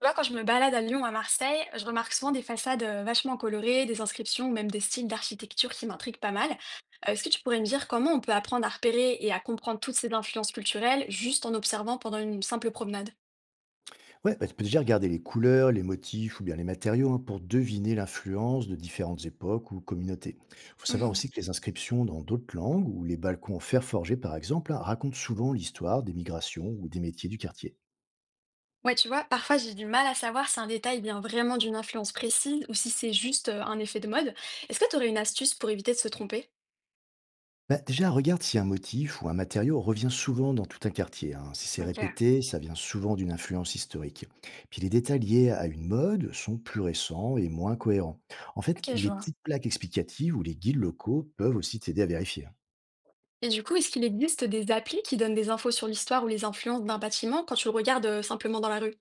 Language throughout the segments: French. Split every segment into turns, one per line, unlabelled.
Tu vois, quand je me balade à Lyon ou à Marseille, je remarque souvent des façades vachement colorées, des inscriptions ou même des styles d'architecture qui m'intriguent pas mal. Est-ce que tu pourrais me dire comment on peut apprendre à repérer et à comprendre toutes ces influences culturelles juste en observant pendant une simple promenade?
Ouais, bah, tu peux déjà regarder les couleurs, les motifs ou bien les matériaux, hein, pour deviner l'influence de différentes époques ou communautés. Il faut savoir
Mhm.
aussi que les inscriptions dans d'autres langues ou les balcons en fer forgé, par exemple, hein, racontent souvent l'histoire des migrations ou des métiers du quartier.
Ouais, tu vois, parfois j'ai du mal à savoir si un détail vient vraiment d'une influence précise ou si c'est juste un effet de mode. Est-ce que tu aurais une astuce pour éviter de se tromper?
Bah, déjà, regarde si un motif ou un matériau revient souvent dans tout un quartier, hein. Si c'est
Ok.
répété, ça vient souvent d'une influence historique. Puis les détails liés à une mode sont plus récents et moins cohérents. En fait,
Ok, je
les
vois.
petites plaques explicatives ou les guides locaux peuvent aussi t'aider à vérifier, hein.
Et du coup, est-ce qu'il existe des applis qui donnent des infos sur l'histoire ou les influences d'un bâtiment quand tu le regardes simplement dans la rue?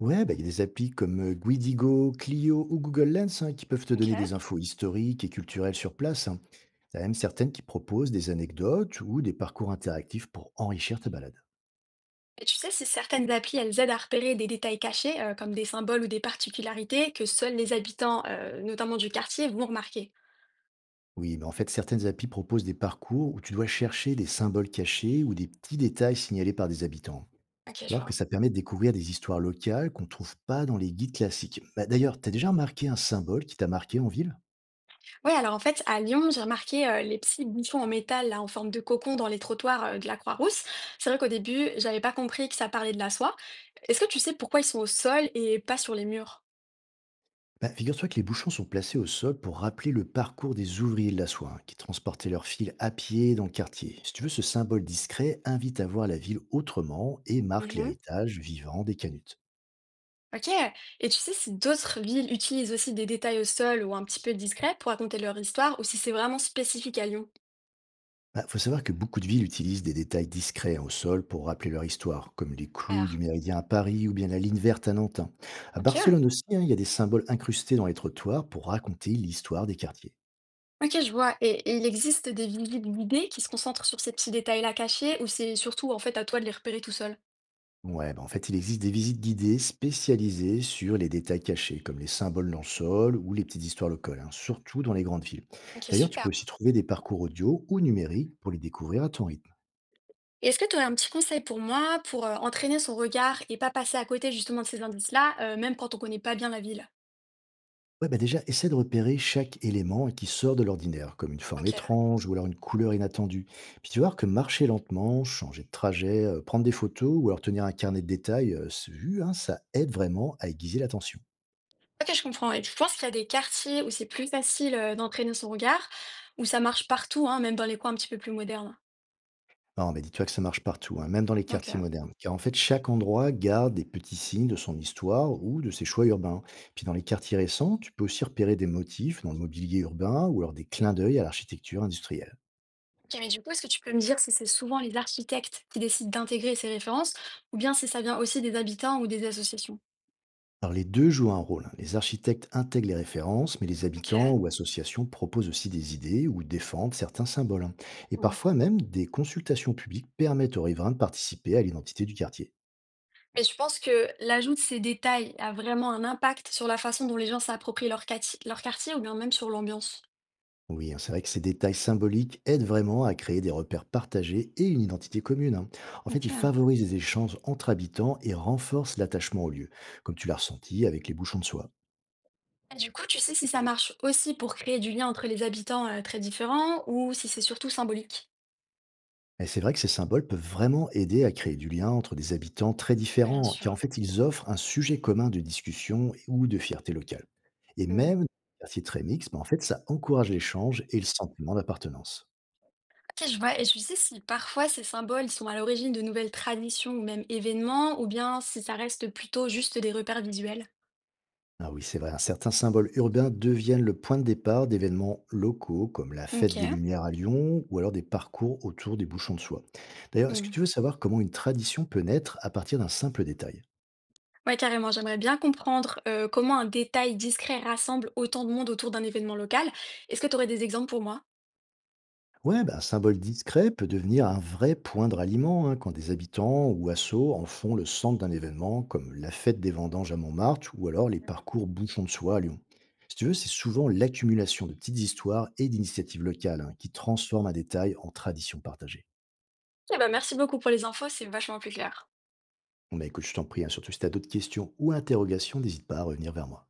Ouais, bah, il y a des applis comme Guidigo, Clio ou Google Lens, hein, qui peuvent te
Ok.
donner des infos historiques et culturelles sur place, hein. T'as même certaines qui proposent des anecdotes ou des parcours interactifs pour enrichir ta balade.
Mais tu sais, si certaines applis, elles aident à repérer des détails cachés, comme des symboles ou des particularités que seuls les habitants, notamment du quartier, vont remarquer.
Oui, mais en fait, certaines applis proposent des parcours où tu dois chercher des symboles cachés ou des petits détails signalés par des habitants.
Ok,
Tu vas
je
voir que
vois.
ça permet de découvrir des histoires locales qu'on ne trouve pas dans les guides classiques. Bah, d'ailleurs, t'as déjà remarqué un symbole qui t'a marqué en ville?
Oui, alors en fait, à Lyon, j'ai remarqué les petits bouchons en métal là, en forme de cocon dans les trottoirs de la Croix-Rousse. C'est vrai qu'au début, j'avais pas compris que ça parlait de la soie. Est-ce que tu sais pourquoi ils sont au sol et pas sur les murs?
Bah, figure-toi que les bouchons sont placés au sol pour rappeler le parcours des ouvriers de la soie, hein, qui transportaient leurs fils à pied dans le quartier. Si tu veux, ce symbole discret invite à voir la ville autrement et marque
Mhm.
l'héritage vivant des canutes.
Ok. Et tu sais si d'autres villes utilisent aussi des détails au sol ou un petit peu discrets pour raconter leur histoire ou si c'est vraiment spécifique à Lyon?
Il faut savoir que beaucoup de villes utilisent des détails discrets, hein, au sol pour rappeler leur histoire, comme les clous
Super.
du méridien à Paris ou bien la ligne verte à Nantin. À
Ok.
Barcelone aussi, hein, il y a des symboles incrustés dans les trottoirs pour raconter l'histoire des quartiers.
OK, je vois et il existe des visites guidées qui se concentrent sur ces petits détails-là cachés ou c'est surtout, en fait, à toi de les repérer tout seul?
Ouais, bah en fait, il existe des visites guidées spécialisées sur les détails cachés, comme les symboles dans le sol ou les petites histoires locales, hein, surtout dans les grandes villes.
OK,
D'ailleurs, tu
super.
peux aussi trouver des parcours audio ou numériques pour les découvrir à ton rythme.
Et est-ce que tu aurais un petit conseil pour moi pour, entraîner son regard et pas passer à côté justement de ces indices-là, même quand on connaît pas bien la ville?
Ouais, bah déjà, essaie de repérer chaque élément qui sort de l'ordinaire, comme une forme
OK.
étrange ou alors une couleur inattendue. Puis tu vas voir que marcher lentement, changer de trajet, prendre des photos ou alors tenir un carnet de détails, c'est vu, hein, ça aide vraiment à aiguiser l'attention.
OK, je comprends. Et tu penses qu'il y a des quartiers où c'est plus facile, d'entraîner son regard où ça marche partout, hein, même dans les coins un petit peu plus modernes?
Non, mais dis-toi que ça marche partout, hein, même dans les
OK.
quartiers modernes. Car en fait, chaque endroit garde des petits signes de son histoire ou de ses choix urbains. Puis dans les quartiers récents, tu peux aussi repérer des motifs dans le mobilier urbain ou alors des clins d'œil à l'architecture industrielle.
OK, mais du coup, est-ce que tu peux me dire si c'est souvent les architectes qui décident d'intégrer ces références ou bien si ça vient aussi des habitants ou des associations?
Alors les deux jouent un rôle, hein. Les architectes intègrent les références, mais les habitants
OK.
ou associations proposent aussi des idées ou défendent certains symboles, hein. Et
Mmh.
parfois même, des consultations publiques permettent aux riverains de participer à l'identité du quartier.
Mais je pense que l'ajout de ces détails a vraiment un impact sur la façon dont les gens s'approprient leur quartier ou bien même sur l'ambiance.
Oui, hein, c'est vrai que ces détails symboliques aident vraiment à créer des repères partagés et une identité commune, hein. En fait, ils
OK. Et
favorisent les échanges entre habitants et renforcent l'attachement au lieu, comme tu l'as ressenti avec les bouchons de soie.
du coup, tu sais si ça marche aussi pour créer du lien entre les habitants, très différents ou si c'est surtout symbolique?
Et c'est vrai que ces symboles peuvent vraiment aider à créer du lien entre des habitants très
Bien
différents, car en
sûr.
fait, ils offrent un sujet commun de discussion ou de fierté locale. Et
Mmh.
même dans les quartiers très mixtes, ben, en fait, ça encourage l'échange et le sentiment d'appartenance.
OK, je vois. Et tu sais si parfois ces symboles ils sont à l'origine de nouvelles traditions ou même événements ou bien si ça reste plutôt juste des repères visuels?
Ah oui, c'est vrai, certains symboles urbains deviennent le point de départ d'événements locaux comme la fête des
OK.
Lumières à Lyon ou alors des parcours autour des bouchons de soie. D'ailleurs, est-ce que tu
Mmh.
veux savoir comment une tradition peut naître à partir d'un simple détail?
Ouais, carrément. J'aimerais bien comprendre comment un détail discret rassemble autant de monde autour d'un événement local. Est-ce que tu aurais des exemples pour moi?
Ouais, bah, un symbole discret peut devenir un vrai point de ralliement, hein, quand des habitants ou assos en font le centre d'un événement comme la fête des vendanges à Montmartre ou alors les parcours bouchons de soie à Lyon. Si tu veux, c'est souvent l'accumulation de petites histoires et d'initiatives locales, hein, qui transforment un détail en tradition partagée.
Eh ben, merci beaucoup pour les infos, c'est vachement plus clair.
Bon, bah, écoute, je t'en prie, hein, surtout si tu as d'autres questions ou interrogations, n'hésite pas à revenir vers moi.